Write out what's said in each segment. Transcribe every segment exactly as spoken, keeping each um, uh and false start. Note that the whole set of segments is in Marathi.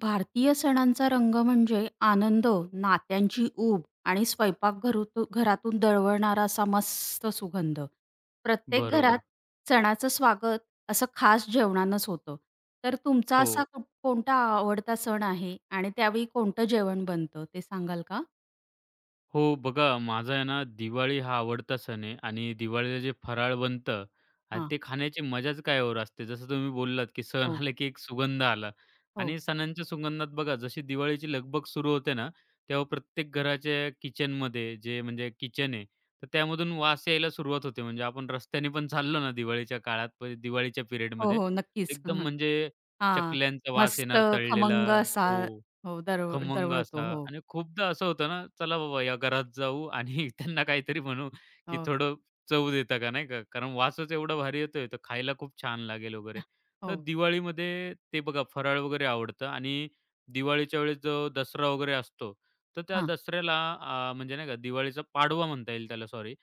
भारतीय सणांचा रंग म्हणजे आनंद, नात्यांची ऊब आणि स्वयंपाकघरूतू घरातून दळवळणारा असा मस्त सुगंध. प्रत्येक, हो, घरात बरोबर. सणाचं स्वागत असं खास जेवणानंच होतं. तर तुमचा असा हो. कुठ कोणता आवडता सण आहे आणि त्यावेळी कोणतं जेवण बनतं ते सांगाल का? हो, बघा माझा आहे ना दिवाळी हा आवडता सण आहे आणि दिवाळीला जे फराळ बनतं आणि हां. ते खाण्याची मजाच काय और असते. जसं तुम्ही बोललात, की सण हो, आले की एक सुगंध आला हो. आणि सणांच्या सुगंधात बघा जशी दिवाळीची लगबग सुरू होते ना, तेव्हा प्रत्येक घराच्या किचनमध्ये जे म्हणजे किचन आहे, तर त्यामधून वास यायला सुरुवात होते. म्हणजे आपण रस्त्याने पण चाललो ना दिवाळीच्या काळात, प दिवाळीच्या हो, पिरियडमध्ये हो, नक्कीच. एकदम हं, म्हणजे हां. चकल्यांचा वास मस्त येणार तळलेला. खमंग असा, हो. हो, दरव खमंग असा दरवळतो. हो. आणि खूपदा असं होतं ना, चला बाबा या घरात जाऊ आणि त्यांना काहीतरी म्हणू, की हो. थोडं चव देता का, नाही का? कारण वासच एवढा भारी येतोय, तर खायला खूप छान लागेल वगैरे. तर हो. दिवाळीमध्ये ते बघा फराळ वगैरे आवडतं आणि दिवाळीच्या वेळेस जो दसरा वगैरे असतो, तर त्या हां. दसऱ्याला अ, म्हणजे नाही का दिवाळीचा पाडवा म्हणता येईल त्याला सॉरी.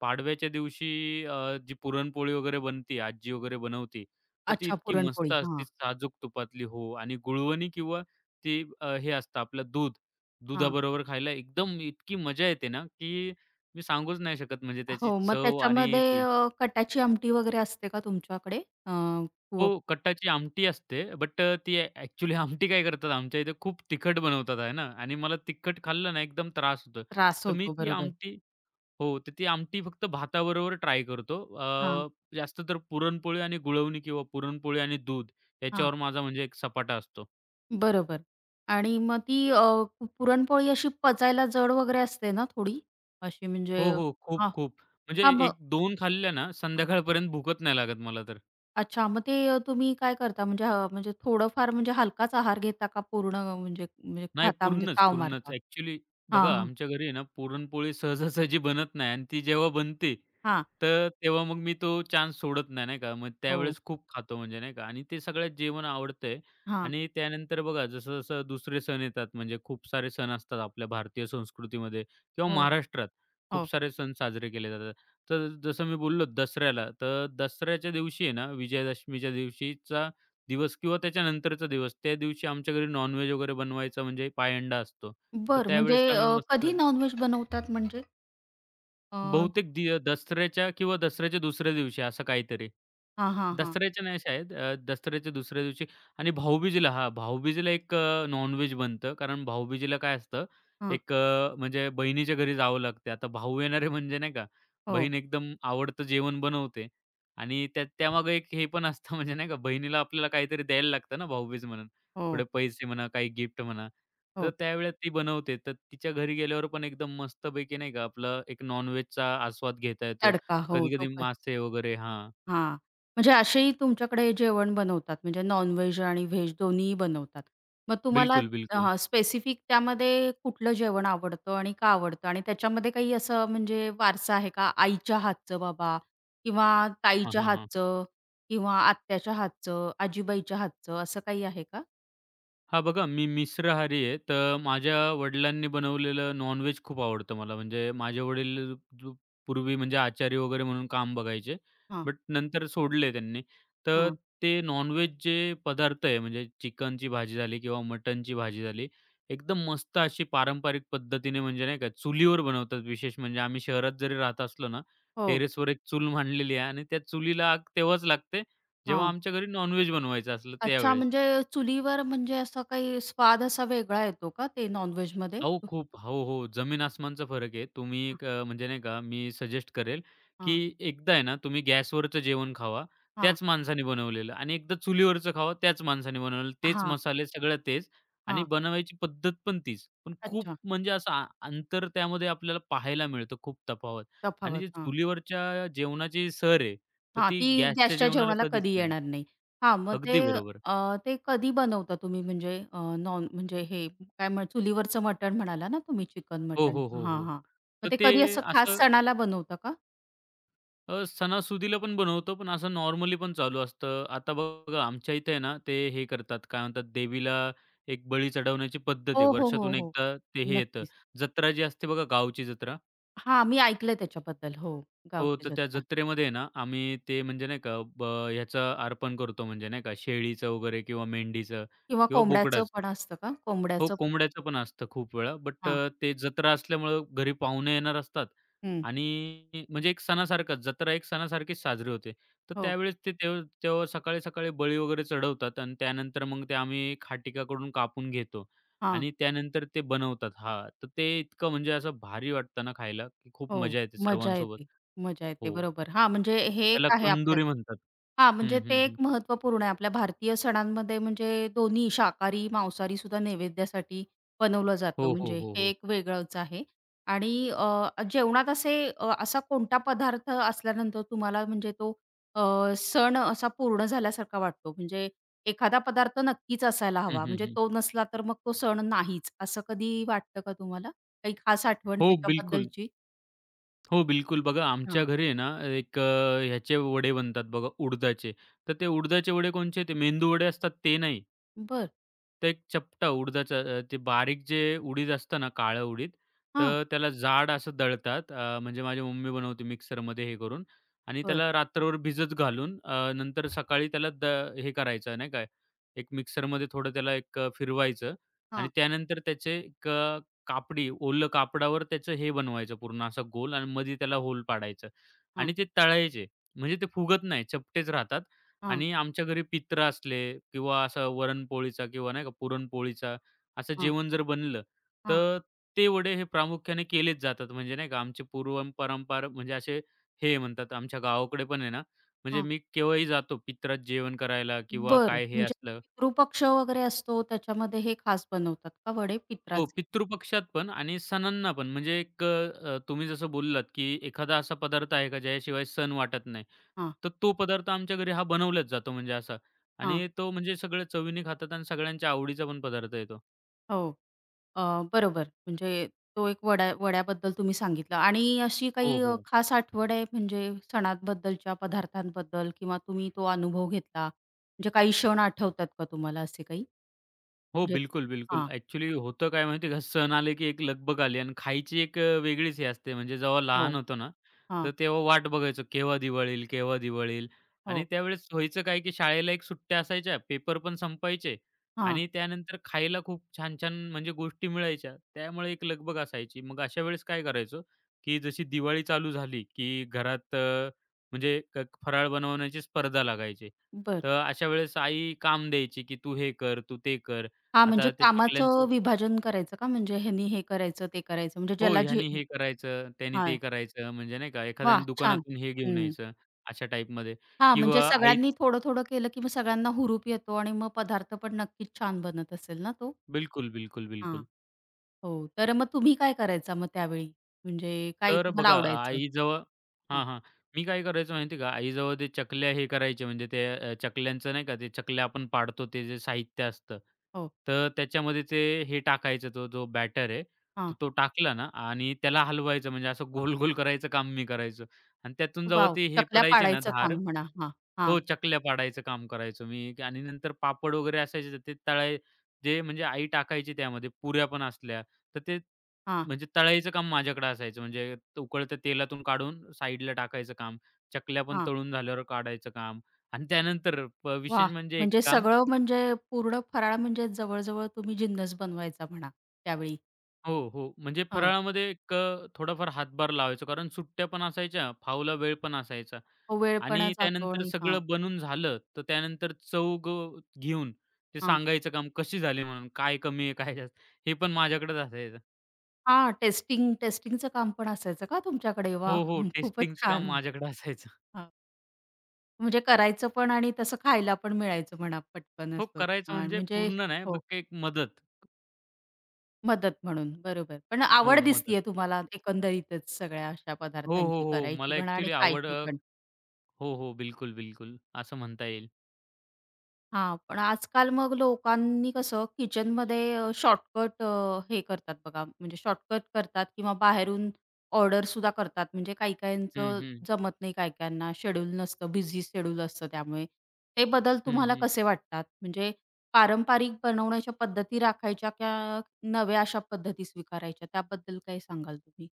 पाडव्याच्या दिवशी अ, जी पुरणपोळी वगैरे बनते, आजी वगैरे बनवते, तर ती अच्छा, इतकी मस्त पुरणपोळी. असते साजूक तुपातली हो आणि गुळवणी किंवा ते अ, हे असतं आपलं दूध. हां. दुधाबरोबर खायला एकदम इतकी मजा येते ना, की मी सांगूच नाही शकत म्हणजे त्याची हो, मग चव आणि त्याच्यामध्ये ती अ, कटाची आमटी वगैरे असते का तुमच्याकडे? अ, खूप हो, कट्टाची आमटी असते, बट अ, ती ॲक्चुअली आमटी काय करतात आमच्या इथे खूप तिखट बनवतात आहे ना आणि मला तिखट खाल्लं ना एकदम त्रास होतो. त्रास तर मी होतो, ती बरोबर. आमटी हो, तर ती आमटी फक्त भाताबरोबर ट्राय करतो. हां, अ, जास्त तर पुरणपोळी आणि गुळवणी किंवा पुरणपोळी आणि दूध हां, याच्यावर माझा म्हणजे एक सपाटा असतो. बरोबर. आणि मग ती अ, पुरणपोळी अशी पचायला जड वगैरे असते ना थोडी? अशी हो, म्हणजे हो. खूप, हां, खूप. म्हणजे हां, मग एक दोन खाल्ल्या ना, संध्याकाळपर्यंत भूकत नाही लागत मला तर. अच्छा, मग ते अ, तुम्ही काय करता म्हणजे अ, म्हणजे थोडंफार म्हणजे हलकाच आहार घेता का पूर्ण, अ, म्हणजे, म्हणजे नाही खाता म्हणजे पूर्णच, ताव पूर्णच. मारता? ॲक्चुअली हां, बघा हां, आमच्या घरी आहे ना, पुरणपोळी सहजासहजी बनत नाही आणि ती जेव्हा बनते, हां, तर तेव्हा मग मी तो चान्स सोडत नाही, नाही का. मग हो, त्यावेळेस खूप खातो म्हणजे नाही का आणि ते सगळ्यात जेवण आवडतंय हां, आणि त्यानंतर बघा जसं-जसं दुसरे सण येतात म्हणजे खूप सारे सण असतात आपल्या भारतीय संस्कृतीमध्ये किंवा हो, महाराष्ट्रात खूप हो. सारे सण साजरे केले जातात. तर जसं मी बोललो दसऱ्याला, तर दसऱ्याच्या दिवशी आहे ना, विजयादशमीच्या दिवशीचा दिवस किंवा त्याच्यानंतरचा दिवस, त्या दिवशी आमच्या घरी नॉन वगैरे बनवायचा म्हणजे पायंडा असतो. तर बरं, म्हणजे त्यावेळेस आम्ही अ, मस्त कधी नॉन बनवतात म्हणजे? अ, बहुतेक दि दसऱ्याच्या किंवा दसऱ्याच्या दुसऱ्या दिवशी असं काहीतरी. हां, हां, हां, हां. दसऱ्याच्या नाही शायद अ, दसऱ्याच्या दुसऱ्या दिवशी आणि भाऊबीजेला हां, भाऊबीजेला एक अ, नॉन बनतं. कारण भाऊबीजेला काय असतं एक अ, म्हणजे बहिणीच्या घरी जावं लागते. आता भाऊ येणारे म्हणजे नाही का, हो, बहीण एकदम आवडतं जेवण बनवते आणि त्या त्यामागे एक हे पण असतं म्हणजे नाही का, बहिणीला आपल्याला काहीतरी द्यायला लागतं ना भाऊबीज म्हणून. हो, थोडे पैसे म्हणा, काही गिफ्ट म्हणा. तर हो. त्यावेळेस ती बनवते. तर तिच्या घरी गेल्यावर पण एकदम मस्तपैकी नाही का आपलं एक नॉन-व्हेजचा आस्वाद घेता येतो. तडका. हो, तो कधी-कधी काय, मासे वगैरे हां. हां. म्हणजे असेही तुमच्याकडे जेवण बनवतात म्हणजे नॉन-व्हेज आणि व्हेज दोन्हीही बनवतात. मग तुम्हाला बिलकुल, बिलकुल. स्पेसिफिक त्यामध्ये कुठलं जेवण आवडतं आणि का आवडतं? आणि त्याच्यामध्ये काही असं म्हणजे वारसा आहे का? आईच्या हातचं, बाबा किंवा हां, ताईच्या हां, हां. हातचं किंवा आत्याच्या हातचं, आजीबाईच्या हातचं असं काही आहे का? हा बघा मी मिश्राहारी आहे. तर माझ्या वडिलांनी बनवलेलं नॉन-व्हेज खूप आवडतं मला. म्हणजे माझे वडील जो पूर्वी म्हणजे आचारी वगैरे म्हणून काम बघायचे. हां, बट नंतर सोडले त्यांनी. तर हां. ते नॉन-व्हेज जे पदार्थ आहे म्हणजे चिकनची भाजी झाली किंवा मटणची भाजी झाली. एकदम मस्त अशी पारंपरिक पद्धतीने म्हणजे नाही का चुलीवर बनवतात विशेष म्हणजे आम्ही शहरात जरी राहत असलो ना, हो, टेरेसवर एक चूल मांडलेली आहे आणि त्या चुलीला आग तेव्हाच लागते, जेव्हा हां. आमच्या घरी नॉन बनवायचं असलं अच्छा, त्यावेळेस. म्हणजे चुलीवर म्हणजे असा काही स्वाद असा वेगळा येतो का ते नॉन-व्हेजमध्ये? अहो, खूप. हो, हो. जमीन-आसमानचा फरक आहे. तुम्ही एक अ, म्हणजे नाही का, मी सजेस्ट करेल, की हां, एकदा आहे ना, तुम्ही गॅसवरचं जेवण खावा, हां, त्याच माणसाने बनवलेलं आणि एकदा चुलीवरचं खावा, त्याच माणसाने बनवलेलं. तेच हां, मसाले, सगळं तेच आणि हां. बनवायची पद्धत पण तीच. पण खूप अच्छा, म्हणजे असं आ अंतर त्यामध्ये आपल्याला पाहायला मिळतं, खूप तफावत आणि जे तफावत. हां, चुलीवरच्या जेवणाची सर आहे, तर हां, ती ती गॅसच्या गॅसच्या जेवणाला जेवणाला कधीच कधी नाही. येणार नाही. हां, मग ते अगदी बरोबर. अ, ते कधी बनवता तुम्ही म्हणजे अ, नॉन म्हणजे हे काय म्हण चुलीवरचं मटण म्हणाला ना तुम्ही? चिकन हो, मटण? हो, हो, हां, हो. हां. तर मग ते ते कधी असं खास असं सणाला बनवता का? अ, सणासुदीला पण बनवतो, पण असं नॉर्मली पण चालू असतं. आता बघा आमच्या इथे आहे ना, ते हे करतात, काय म्हणतात, देवीला एक बळी चढवण्याची पद्धत आहे. हो, हो, हो, वर्षातून हो, एकदा ते हे येतं. नक्कीच. जत्रा जी असते बघा, गावची जत्रा. हां, मी ऐकलंय त्याच्याबद्दल. हो, हो, गावची तर त्या जत्रा जत्रेमध्ये आहे ना, आम्ही ते म्हणजे नाही का, ब ह्याचं अर्पण करतो, म्हणजे नाही का, शेळीचं वगैरे किंवा मेंढीचं किंवा किंवा कोंबड्याचं बोकडाचं. पण असतं का? हो, कोंबड्याचं पण कोंबड्याचं पण असतं खूप वेळा. बट हां, अ, ते जत्रा असल्यामुळं घरी पाहुणे येणार असतात हं. आणि म्हणजे एक सणासारखाच जत्रा एक सणासारखीच साजरी होते. तर हो, त्यावेळेस ते तेव्हा तेव्हा सकाळी-सकाळी बळी वगैरे चढवतात आणि त्यानंतर मग ते आम्ही खाटीकाकडून कापून घेतो हां. आणि त्यानंतर ते बनवतात. हां, तर ते इतकं म्हणजे असं भारी वाटतं ना खायला, की खूप हो, मजा येते मजा सर्वांसोबत. येते, मजा येते, हो, बरोबर. हां, म्हणजे हे एक त्याला आहे आपल्यात. कंदुरी म्हणतात. हां, हं, म्हणजे हं, ते हं. एक महत्त्वपूर्ण आहे. आपल्या भारतीय सणांमध्ये म्हणजे दोन्ही शाकाहारी, मांसाहारी सुद्धा नैवेद्यासाठी बनवलं जातं. हो, हो, म्हणजे हो, हे हो. एक वेगळंच आहे. आणि अ, जेवणात असे अ, असा कोणता पदार्थ असल्यानंतर तुम्हाला म्हणजे तो अ, सण असा पूर्ण झाल्यासारखा वाटतो? म्हणजे एखादा पदार्थ नक्कीच असायला हं, हवा. हं, म्हणजे हं. तो नसला तर मग तो सण नाहीच, असं कधी वाटतं का तुम्हाला? काही खास आठवण हो, बिलकुल. त्याच्याबद्दलची? हो, बिलकुल. बघा आमच्या घरी आहे ना एक अ, ह्याचे वडे बनतात बघा उडदाचे. तर ते उडदाचे वडे कोणचे ते मेंदू वड़े असतात ते नाही. बर, ते एक चपटा उडदाचं अ, ते बारीक जे उडीद असतं ना, काळं उडीद, हां. तर त्याला जाड असं दळतात. अ, म्हणजे माझी मम्मी बनवते मिक्सरमध्ये हे करून आणि बरं. त्याला रात्रभर भिजत घालून अ, नंतर सकाळी त्याला द हे करायचं नाही काय, एक मिक्सरमध्ये थोडं त्याला एक अ, फिरवायचं आणि हां. त्यानंतर त्याचे एक अ, कापडी ओलं कापडावर त्याचं हे बनवायचं पूर्ण असा गोल आणि मध्ये त्याला होल पाडायचं हां, आणि ते तळायचे. म्हणजे ते फुगत नाही, चपटेच राहतात. हां, आणि आमच्या घरी पित्र असले किंवा असं वरणपोळीचा किंवा नाही का पुरणपोळीचा असं हां, जेवण जर बनलं, हां. तर ते वडे हे प्रामुख्याने केलेच जातात. म्हणजे नाही का आमचे पूर्व परंपरा म्हणजे असे हे म्हणतात आमच्या गावाकडे पण आहे ना, म्हणजे हां. मी केव्हाही जातो पित्रात जेवण करायला किंवा बरं. काय हे म्हणजे असलं पितृपक्ष वगैरे असतो त्याच्यामध्ये हे खास बनवतात का वडे हो, पित्राचे? पितृपक्षात पण आणि सणांना पण. म्हणजे एक अ, तुम्ही जसं बोललात, की एखादा असा पदार्थ आहे का ज्याशिवाय सण वाटत नाही. हां, तर तो पदार्थ आमच्या घरी हा बनवलाच जातो म्हणजे असा हां. आणि तो म्हणजे सगळं चवीने खातात आणि सगळ्यांच्या आवडीचा पण पदार्थ आहे तो. हो. अ, बरोबर. म्हणजे तो एक वड्या वड्याबद्दल तुम्ही सांगितलं आणि अशी हो, काही अ, हो. खास आठवण आहे म्हणजे सणांबद्दलच्या पदार्थांबद्दल किंवा तुम्ही तो अनुभव घेतला म्हणजे काही क्षण आठवतात का तुम्हाला असे काही? हो, म्हणजे बिलकुल, बिलकुल. हां. ॲक्चुअली होतं काय माहिती का, सण आले की एक लगबग आली आणि खायची एक अ, वेगळीच हे असते. म्हणजे जेव्हा हो. लहान होतो ना, हां. तर तेव्हा वाट बघायचो केव्हा दिवाळी येईल, केव्हा दिवाळी येईल आणि हो. त्यावेळेस व्हायचं काय की शाळेला एक सुट्ट्या असायच्या, पेपर पण संपायचे हां. आणि त्यानंतर खायला खूप छान-छान म्हणजे गोष्टी मिळायच्या. त्यामुळे एक लगबग असायची. मग अशा वेळेस काय करायचो, की जशी दिवाळी चालू झाली की घरात अ, म्हणजे क फराळ बनवण्याची स्पर्धा लागायची. बरं. तर अशा वेळेस आई काम द्यायची, की "तू हे कर, तू ते कर." हां, म्हणजे आता ते कामाचं चकल्यांचं विभाजन करायचं का? म्हणजे ह्यानी हे करायचं, ते करायचं, म्हणजे हो, ज्याला जे ह्यानी हे करायचं, त्यानी ते हां, करायचं, म्हणजे नाही का एखाद्याने वाह, छान. दुकानातून हे घेऊन हं. यायचं, अशा टाईपमध्ये हां, म्हणजे किंवा आई सगळ्यांनी थोडं-थोडं केलं की मग सगळ्यांना हुरूप येतो आणि मग पदार्थ पण नक्कीच छान बनत असेल ना तो? बिलकुल, बिलकुल, हां. बिलकुल. हो, तर मग तुम्ही काय करायचा मग त्यावेळी? म्हणजे काय तर तुम्हाला बघा आवडायचं? आईजवळ हां, हां, हां. मी काय करायचो माहिती आहे का? आईजवळ ते चकल्या हे करायचे म्हणजे ते अ, चकल्यांचं नाही का ते चकल्या आपण पाडतो ते जे साहित्य असतं. हो, तर त्याच्यामध्ये ते हे टाकायचं तो जो बॅटर आहे, तर हां. तो टाकला ना आणि त्याला हलवायचं म्हणजे असं गोल-गोल करायचं काम मी करायचो आणि त्यातून जेव्हा वॉव! ते हे चकल्या पडायचे ना पाडायचं धार काम म्हणा. हां, हां, हो, चकल्या पाडायचं काम करायचो मी आणि नंतर पापड वगैरे असायचे तर ते तळाय जे म्हणजे आई टाकायची त्यामध्ये पुऱ्या पण असल्या तर ते हां, म्हणजे तळायचं काम माझ्याकडे असायचं. म्हणजे त- उकळत्या तेलातून काढून साईडला टाकायचं काम. चकल्या पण हां. तळून झाल्यावर काढायचं काम आणि त्यानंतर प वाह! विशेष म्हणजे एक म्हणजे काम सगळं, म्हणजे पूर्ण फराळ म्हणजे जवळ-जवळ तुम्ही जिन्नस बनवायचा म्हणा त्यावेळी. हो, हो. म्हणजे हो. फराळामध्ये एक अ, थोडाफार हातभार लावायचो. कारण सुट्ट्या पण असायच्या, फावला वेळ पण असायचा हो, वेळ पण आणि जातो त्यानंतर आणि हां, सगळं बनून झालं, तर त्यानंतर चव घेऊन ते हां. सांगायचं काम कशी झाली म्हणून, काय कमी आहे, काय जास्त हे पण माझ्याकडेच असायचं. हां, टेस्टिंग, टेस्टिंगचं काम पण असायचं का तुमच्याकडे? हो, हो. वाह! खूपच टेस्टिंगचं काम छान. माझ्याकडे असायचं. हां, म्हणजे करायचं पण आणि तसं खायला पण मिळायचं म्हणा पटकन हो, असं. करायचं हां, म्हणजे म्हणजे पूर्ण नाही, हो, बट एक मदत. मदत म्हणून. बरोबर. पण हो, आवड मदत. दिसतीये तुम्हाला एकंदरीतच सगळ्या अशा हो, हो, पदार्थांची, हो. करायची मला म्हणा आणि ॲक्चुअली आवड खायची अ, पण. हो, हो. बिलकुल, बिलकुल. असं म्हणता येईल. हां, पण आजकाल मग लोकांनी कसं किचनमध्ये अ, शॉर्टकट हे करतात बघा, म्हणजे शॉर्टकट करतात किंवा बाहेरून ऑर्डरसुद्धा करतात. म्हणजे हं, काही-काहींचं हं. जमत नाही काही-काहींना, शेड्यूल नसतं, बिझी शेड्यूल असतं त्यामुळे. ते बदल हं, तुम्हाला हं. कसे वाटतात? म्हणजे पारंपरिक बनवण्याच्या पद्धती राखायच्या का नव्या अशा पद्धती स्वीकारायच्या? त्याबद्दल काय सांगाल तुम्ही?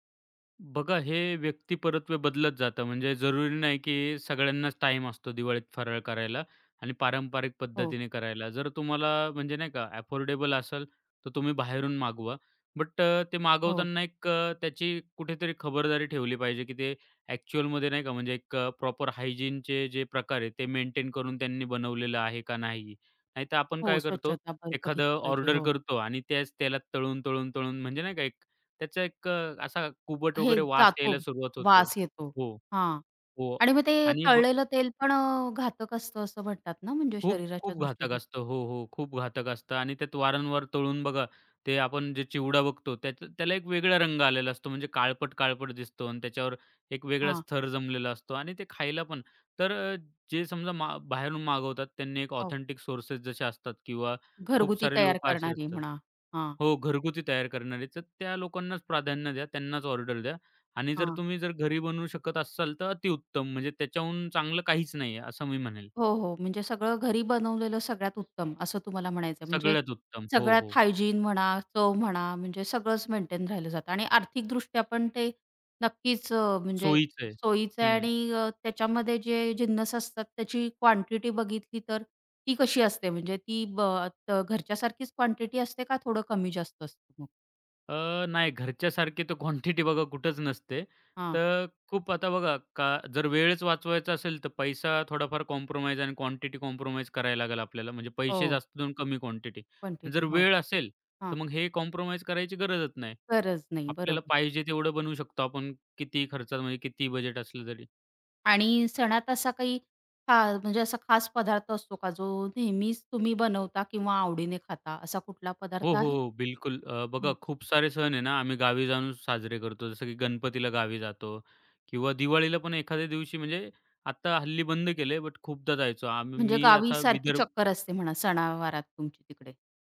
बघा, हे व्यक्ती परत्वे बदलत जातं. म्हणजे जरुरी नाही, की सगळ्यांनाच टाइम असतो दिवाळीत फराळ करायला आणि पारंपरिक हो, पद्धतीने करायला. जर तुम्हाला म्हणजे नाही का अफोर्डेबल असेल, तर तुम्ही बाहेरून मागवा. बट ते हो, मागवताना एक अ, त्याची कुठेतरी खबरदारी ठेवली पाहिजे, की ते ॲक्चुअलमध्ये नाही का म्हणजे एक प्रॉपर हायजीनचे जे प्रकार आहेत, ते मेंटेन करून त्यांनी बनवलेलं आहे का नाही. नाहीतर आपण हो, काय करतो, स्वच्छता ब एखादं बघितली पाहिजे. ऑर्डर हो. करतो आणि त्याच तेलात तळून, तळून, तळून म्हणजे नाही का त्याचा एक अ, असा कुबट हे वगैरे वास जातो, यायला सुरुवात होते. वास येतो. हो, हां. हो. आणि मग ते आणि ब तळलेलं तेल पण अ, घातक असतं असं म्हणतात ना, म्हणजे खूप, शरीराच्या खूप घातक दृष्टीने? असतं. हो, हो. खूप घातक असतं आणि त्यात वारंवार तळून बघा, ते आपण जे चिवडा बघतो त्याच त्याला एक वेगळा रंग आलेला असतो. म्हणजे काळपट-काळपट दिसतो आणि त्याच्यावर एक वेगळाच हां. थर जमलेला असतो आणि ते खायला पण तर अ, जे समजा मा बाहेरून मागवतात त्यांनी एक हो. ऑथेंटिक सोर्सेस जसे असतात किंवा खूप घरगुती सारे तयार लोकं असे करणारी असतात. म्हणा. हां, हो, घरगुती तयार करणारे, तर त्या लोकांनाच प्राधान्य द्या, त्यांनाच ऑर्डर द्या आणि जर तुम्ही जर घरी बनवू शकत असाल तर अतिउत्तम. म्हणजे त्याच्याहून चांगलं काहीच नाही आहे, असं मी म्हणेल. हो, हो. म्हणजे सगळं घरी बनवलेलं सगळ्यात उत्तम असं तुम्हाला म्हणायचं आहे. म्हणजे सगळ्यात उत्तम. हो, सगळ्यात हो. हायजीन म्हणा, चव म्हणा, म्हणजे सगळंच मेंटेन राहिलं जातं आणि आर्थिकदृष्ट्या पण ते नक्कीच, अ, म्हणजे सोयीचं आहे. सोयीचं आहे हं. आणि अ, त्याच्यामध्ये जे जिन्नस असतात त्याची क्वांटिटी बघितली तर ती कशी असते? म्हणजे ती ब त घरच्यासारखीच क्वांटिटी असते का थोडं कमी जास्त असतं मग? अ, नाही घरच्यासारखी तर क्वांटिटी बघा कुठंच नसते. हां. तर खूप आता बघा का जर वेळच वाचवायचा असेल तर पैसा थोडाफार कॉम्प्रोमाईज आणि क्वांटिटी कॉम्प्रोमाईज करायला लागेल आपल्याला. म्हणजे पैसे हो. जास्त देऊन कमी क्वांटिटी. जर क्वांटिटी. हो. वेळ असेल तर हां. मग हे कॉम्प्रोमाईज करायची गरजच नाही. गरज नाही, आपल्याला बरोबर. पाहिजे तेवढं बनवू शकतो आपण कितीही खर्चात म्हणजे कितीही बजेट असलं तरी. आणि सणात असा काही खा म्हणजे असा खास पदार्थ असतो का, जो नेहमीच तुम्ही बनवता किंवा आवडीने खाता, असा कुठला हो, पदार्थ हो. आहे? हो, बिलकुल. अ, बघा हां. खूप सारे सण आहे ना, आम्ही गावी जाऊन साजरे करतो. जसं की गणपतीला गावी जातो किंवा दिवाळीला पण एखाद्या दिवशी म्हणजे आता हल्ली बंद केले बट खूपदा जायचो. आम्ही म्हणजे मी गावी असा सारखी विदर्भ चक्कर असते म्हणा सणावारात तुमची तिकडे.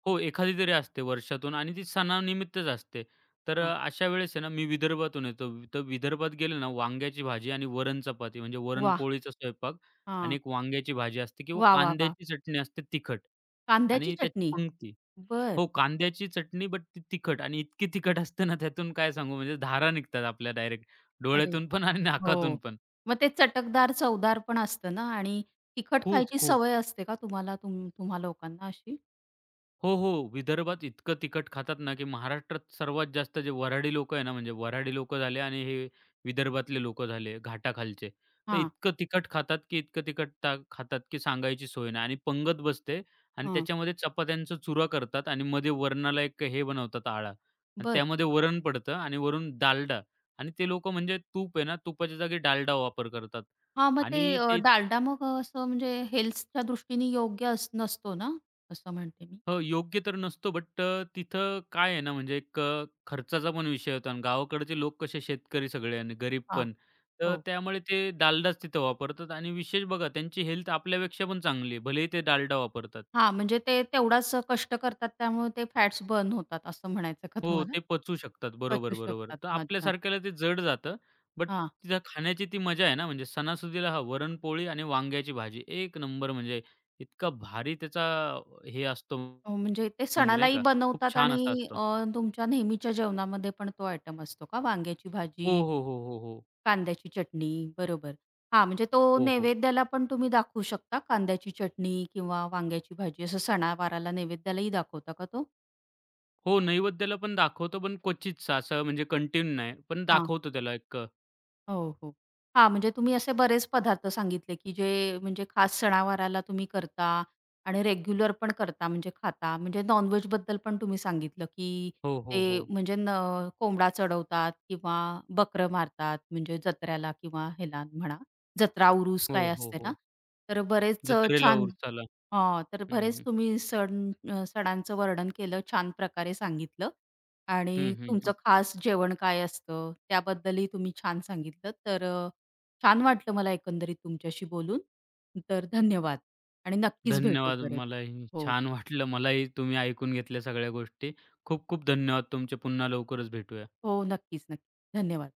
हो, एखादी तरी असते वर्षातून आणि ती सणानिमित्तच असते. तर हां. अ, अशा वेळेस आहे ना, मी विदर्भातून येतो. वि- तर विदर्भात गेले ना, वांग्याची भाजी आणि वरण चपाती म्हणजे वाह! वरण-पोळीचा स्वयंपाक आणि हां. एक वांग्याची भाजी असते किंवा वाह, वाह, वाह! कांद्याची चटणी असते तिखट कांद्याची आणि त्याच्या चटणी. पंक्ती. बरं. हो, कांद्याची चटणी बट ती तिखट आणि इतकी तिखट असते ना, त्यातून काय सांगू म्हणजे धारा निघतात आपल्या डायरेक्ट अरे! डोळ्यातून पण आणि हो. नाकातून पण. मग ते चटकदार, चवदार पण असतं ना आणि तिखट खूप, खायची खूप. सवय असते का तुम्हाला तुम तुम्हा लोकांना अशी? हो, हो. विदर्भात इतकं तिखट खातात ना, की महाराष्ट्रात सर्वात जास्त जे वऱ्हाडी लोक आहे ना, म्हणजे वऱ्हाडी लोकं झाले आणि हे विदर्भातले लोकं झाले घाटाखालचे. तर हां, इतकं तिखट खातात, की इतकं तिखट ता खातात, की सांगायची सोय नाही आणि पंगत बसते आणि हां. त्याच्यामध्ये चपात्यांचा चुरा करतात आणि मध्ये वरणाला एक हे बनवतात आळा आणि बरं. त्यामध्ये वरण पडतं आणि वरून डालडा आणि ते लोकं म्हणजे तूप आहे ना, तुपाच्या जागी डालडा वापर करतात हां, मग ते आणि अ, ते डालडा मग अ, असं म्हणजे हेल्थच्या दृष्टीने योग्य अस नसतो ना? असं म्हणते मी. हो, योग्य तर नसतो, बट अ, तिथं काय आहे ना, म्हणजे एक अ, खर्चाचा पण विषय होता आणि गावाकडचे लोक कसे शेतकरी सगळे आणि गरीब हां, पण. तर हो. त्यामुळे ते डालडाच तिथं वापरतात आणि विशेष बघा त्यांची हेल्थ आपल्यापेक्षा पण चांगली आहे. भलेही ते डालडा वापरतात. हां, म्हणजे ते तेवढाच कष्ट करतात त्यामुळे ते फॅट्स बर्न होतात असं म्हणायचं का हो, तुम्हाला? ते पचवू शकतात. बरोबर, पचू बरोबर. शकतात. तर अच्छा. आपल्यासारख्याला ते जड जातं. बट हां, तिथं खाण्याची ती मजा आहे ना, म्हणजे सणासुदीला हा वरणपोळी आणि वांग्याची भाजी एक नंबर म्हणजे इतका भारी त्याचा हे असतो अ, म्हणजे ते म्हणजे नाही सणालाही का, खूप बनवतात छान असा आणि असतो. अ, तुमच्या नेहमीच्या जेवणामध्ये पण तो आयटम असतो का? वांग्याची हो, भाजी, हो, हो, हो, हो. कांद्याची चटणी, बरोबर. हां, म्हणजे तो हो, हो. नैवेद्याला पण तुम्ही दाखवू शकता? कांद्याची चटणी किंवा वांग्याची भाजी असं सणावाराला नैवेद्यालाही दाखवता का तो? हो, नैवेद्याला पण दाखवतो, पण क्वचितच असं म्हणजे कंटिन्यू नाही. पण हां. दाखवतो त्याला एक अ, हो, हो. हां, म्हणजे तुम्ही असे बरेच पदार्थ सांगितले, की जे म्हणजे खास सणावाराला तुम्ही करता आणि रेग्युलर पण करता म्हणजे खाता. म्हणजे नॉन-व्हेजबद्दल पण तुम्ही सांगितलं, की हो, ते हो, हो. म्हणजे न कोंबडा चढवतात किंवा बकरं मारतात म्हणजे जत्र्याला किंवा ह्याला म्हणा, जत्रा, उरूस हो, काय हो, असते ना. हो. तर बरेच अ, जत्रेला, छान उरसाला. हां, तर हं, बरेच हं. तुम्ही सण अ, सणांचं वर्णन केलं, छान प्रकारे सांगितलं हं, आणि हं, हं. तुमचं खास जेवण काय असतं, त्याबद्दलही तुम्ही छान सांगितलं. तर अ, छान वाटलं मला एकंदरीत तुमच्याशी बोलून. तर धन्यवाद आणि नक्कीच भेटू धन्यवाद. परत. मलाही हो, छान वाटलं. मलाही तुम्ही ऐकून घेतल्या सगळ्या गोष्टी. खूप खूप धन्यवाद तुमचे. पुन्हा लवकरच भेटूया. हो, नक्कीच, नक्की. धन्यवाद.